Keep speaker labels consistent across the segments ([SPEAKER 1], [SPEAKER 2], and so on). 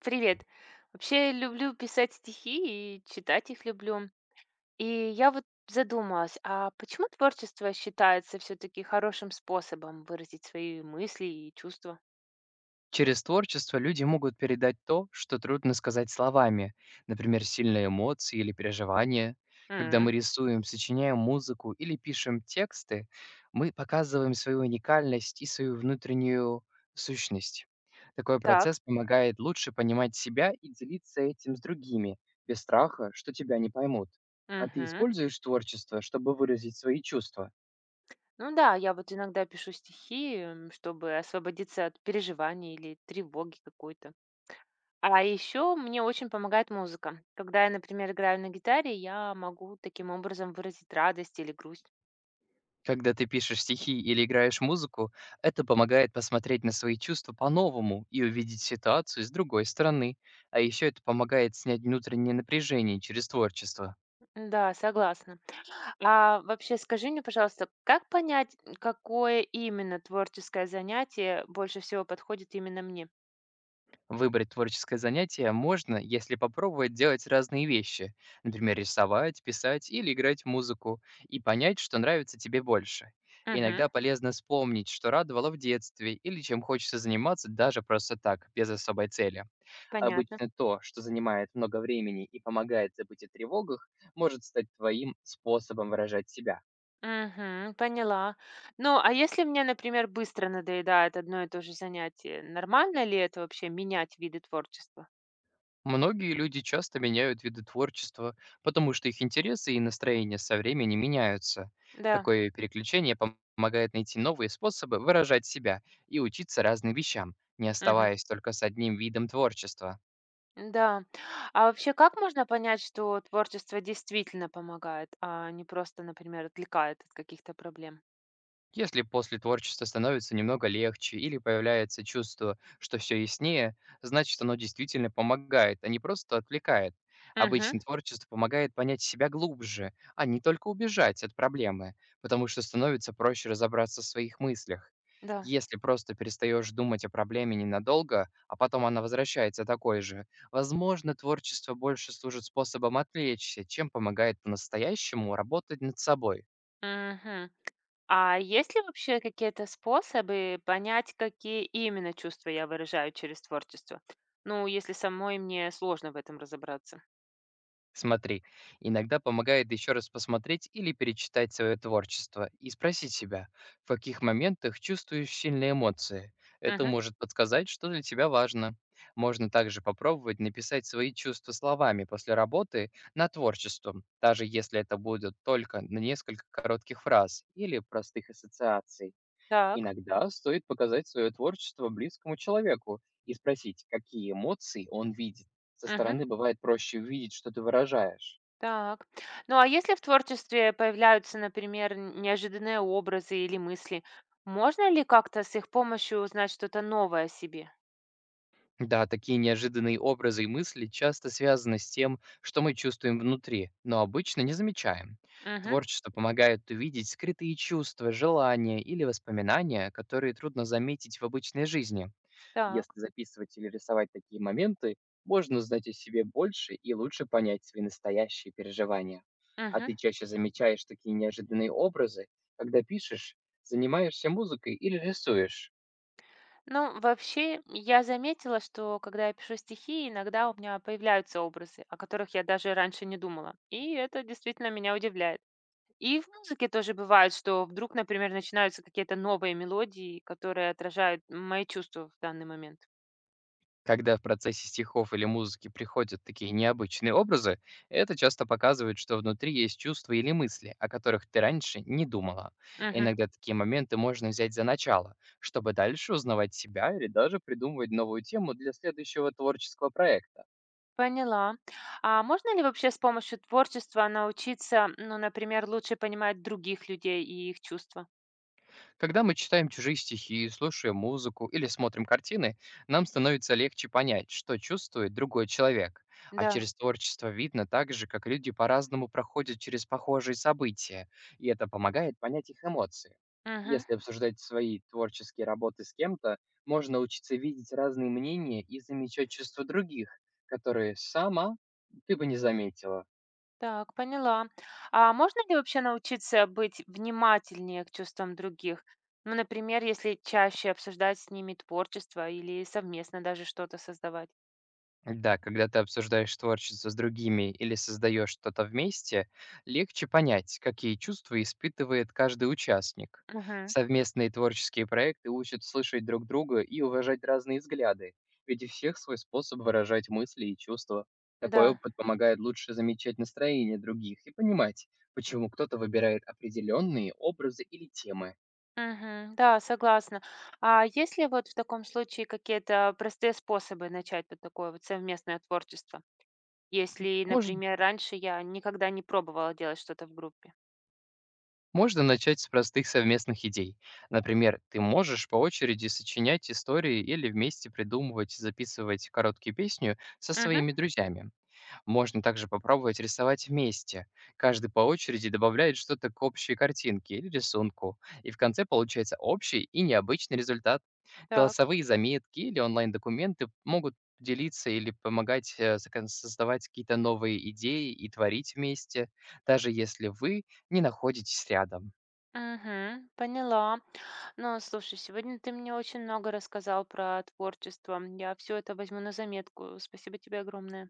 [SPEAKER 1] Привет. Вообще люблю писать стихи и читать их люблю. И я вот задумалась, а почему творчество считается все-таки хорошим способом выразить свои мысли и чувства?
[SPEAKER 2] Через творчество люди могут передать то, что трудно сказать словами, например, сильные эмоции или переживания. Когда
[SPEAKER 1] М,
[SPEAKER 2] мы рисуем, сочиняем музыку или пишем тексты, мы показываем свою уникальность и свою внутреннюю сущность. Такой
[SPEAKER 1] так.
[SPEAKER 2] процесс помогает лучше понимать себя и делиться этим с другими, без страха, что тебя не поймут. А ты
[SPEAKER 1] Мгм.
[SPEAKER 2] используешь творчество, чтобы выразить свои чувства?
[SPEAKER 1] Ну да, я вот иногда пишу стихи, чтобы освободиться от переживаний или тревоги какой-то. А еще мне очень помогает музыка. Когда я, например, играю на гитаре, я могу таким образом выразить радость или грусть.
[SPEAKER 2] Когда ты пишешь стихи или играешь музыку, это помогает посмотреть на свои чувства по-новому и увидеть ситуацию с другой стороны. А еще это помогает снять внутреннее напряжение через творчество.
[SPEAKER 1] Да, согласна. А вообще скажи мне, пожалуйста, как понять, какое именно творческое занятие больше всего подходит именно мне?
[SPEAKER 2] Выбрать творческое занятие можно, если попробовать делать разные вещи, например, рисовать, писать или играть музыку, и понять, что нравится тебе больше.
[SPEAKER 1] Мгм.
[SPEAKER 2] Иногда полезно вспомнить, что радовало в детстве или чем хочется заниматься даже просто так, без особой цели.
[SPEAKER 1] Понятно.
[SPEAKER 2] Обычно то, что занимает много времени и помогает забыть о тревогах, может стать твоим способом выражать себя.
[SPEAKER 1] Мгм. Поняла. Ну, а если мне, например, быстро надоедает одно и то же занятие, нормально ли это вообще менять виды творчества?
[SPEAKER 2] Многие люди часто меняют виды творчества, потому что их интересы и настроения со временем меняются.
[SPEAKER 1] Да.
[SPEAKER 2] Такое переключение помогает найти новые способы выражать себя и учиться разным вещам, не
[SPEAKER 1] Мгм.
[SPEAKER 2] оставаясь только с одним видом творчества.
[SPEAKER 1] Да. А вообще, как можно понять, что творчество действительно помогает, а не просто, например, отвлекает от каких-то проблем?
[SPEAKER 2] Если после творчества становится немного легче или появляется чувство, что все яснее, значит оно действительно помогает, а не просто отвлекает.
[SPEAKER 1] Угу.
[SPEAKER 2] Обычно творчество помогает понять себя глубже, а не только убежать от проблемы, потому что становится проще разобраться в своих мыслях.
[SPEAKER 1] Да.
[SPEAKER 2] Если просто перестаешь думать о проблеме ненадолго, а потом она возвращается такой же, возможно, творчество больше служит способом отвлечься, чем помогает по-настоящему работать над собой.
[SPEAKER 1] Мгм. А есть ли вообще какие-то способы понять, какие именно чувства я выражаю через творчество? Ну, если самой мне сложно в этом разобраться.
[SPEAKER 2] Смотри, иногда помогает еще раз посмотреть или перечитать свое творчество и спросить себя, в каких моментах чувствуешь сильные эмоции. Это
[SPEAKER 1] Мгм.
[SPEAKER 2] может подсказать, что для тебя важно. Можно также попробовать написать свои чувства словами после работы над творчеством, даже если это будут только на несколько коротких фраз или простых ассоциаций.
[SPEAKER 1] Так.
[SPEAKER 2] Иногда стоит показать свое творчество близкому человеку и спросить, какие эмоции он видит. Со
[SPEAKER 1] Мгм.
[SPEAKER 2] стороны бывает проще увидеть, что ты выражаешь.
[SPEAKER 1] Так. Ну, а если в творчестве появляются, например, неожиданные образы или мысли, можно ли как-то с их помощью узнать что-то новое о себе?
[SPEAKER 2] Да, такие неожиданные образы и мысли часто связаны с тем, что мы чувствуем внутри, но обычно не замечаем.
[SPEAKER 1] Мгм.
[SPEAKER 2] Творчество помогает увидеть скрытые чувства, желания или воспоминания, которые трудно заметить в обычной жизни.
[SPEAKER 1] Так.
[SPEAKER 2] Если записывать или рисовать такие моменты, можно узнать о себе больше и лучше понять свои настоящие переживания. А
[SPEAKER 1] Мгм.
[SPEAKER 2] ты чаще замечаешь такие неожиданные образы, когда пишешь, занимаешься музыкой или рисуешь?
[SPEAKER 1] Ну, вообще, я заметила, что когда я пишу стихи, иногда у меня появляются образы, о которых я даже раньше не думала. И это действительно меня удивляет. И в музыке тоже бывает, что вдруг, например, начинаются какие-то новые мелодии, которые отражают мои чувства в данный момент.
[SPEAKER 2] Когда в процессе стихов или музыки приходят такие необычные образы, это часто показывает, что внутри есть чувства или мысли, о которых ты раньше не думала.
[SPEAKER 1] Мгм.
[SPEAKER 2] Иногда такие моменты можно взять за начало, чтобы дальше узнавать себя или даже придумывать новую тему для следующего творческого проекта.
[SPEAKER 1] Поняла. А можно ли вообще с помощью творчества научиться, ну, например, лучше понимать других людей и их чувства?
[SPEAKER 2] Когда мы читаем чужие стихи, слушаем музыку или смотрим картины, нам становится легче понять, что чувствует другой человек. А
[SPEAKER 1] Да.
[SPEAKER 2] через творчество видно также, как люди по-разному проходят через похожие события, и это помогает понять их эмоции.
[SPEAKER 1] Мгм.
[SPEAKER 2] Если обсуждать свои творческие работы с кем-то, можно учиться видеть разные мнения и замечать чувства других, которые сама ты бы не заметила.
[SPEAKER 1] Так, поняла. А можно ли вообще научиться быть внимательнее к чувствам других? Ну, например, если чаще обсуждать с ними творчество или совместно даже что-то создавать.
[SPEAKER 2] Да, когда ты обсуждаешь творчество с другими или создаешь что-то вместе, легче понять, какие чувства испытывает каждый участник.
[SPEAKER 1] Мгм.
[SPEAKER 2] Совместные творческие проекты учат слышать друг друга и уважать разные взгляды, ведь у всех свой способ выражать мысли и чувства. Такой
[SPEAKER 1] Да.
[SPEAKER 2] опыт помогает лучше замечать настроение других и понимать, почему кто-то выбирает определенные образы или темы.
[SPEAKER 1] Мгм. Да, согласна. А есть ли вот в таком случае какие-то простые способы начать вот такое вот совместное творчество? Если,
[SPEAKER 2] Может
[SPEAKER 1] например, раньше я никогда не пробовала делать что-то в группе.
[SPEAKER 2] Можно начать с простых совместных идей. Например, ты можешь по очереди сочинять истории или вместе придумывать и записывать короткие песню со
[SPEAKER 1] Угу.
[SPEAKER 2] своими друзьями. Можно также попробовать рисовать вместе. Каждый по очереди добавляет что-то к общей картинке или рисунку, и в конце получается общий и необычный результат.
[SPEAKER 1] Так.
[SPEAKER 2] Голосовые заметки или онлайн-документы могут делиться или помогать создавать какие-то новые идеи и творить вместе, даже если вы не находитесь рядом.
[SPEAKER 1] Угу. Поняла. Ну, слушай, сегодня ты мне очень много рассказал про творчество. Я все это возьму на заметку. Спасибо тебе огромное.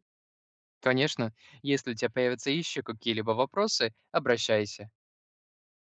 [SPEAKER 2] Конечно, если у тебя появятся еще какие-либо вопросы, обращайся.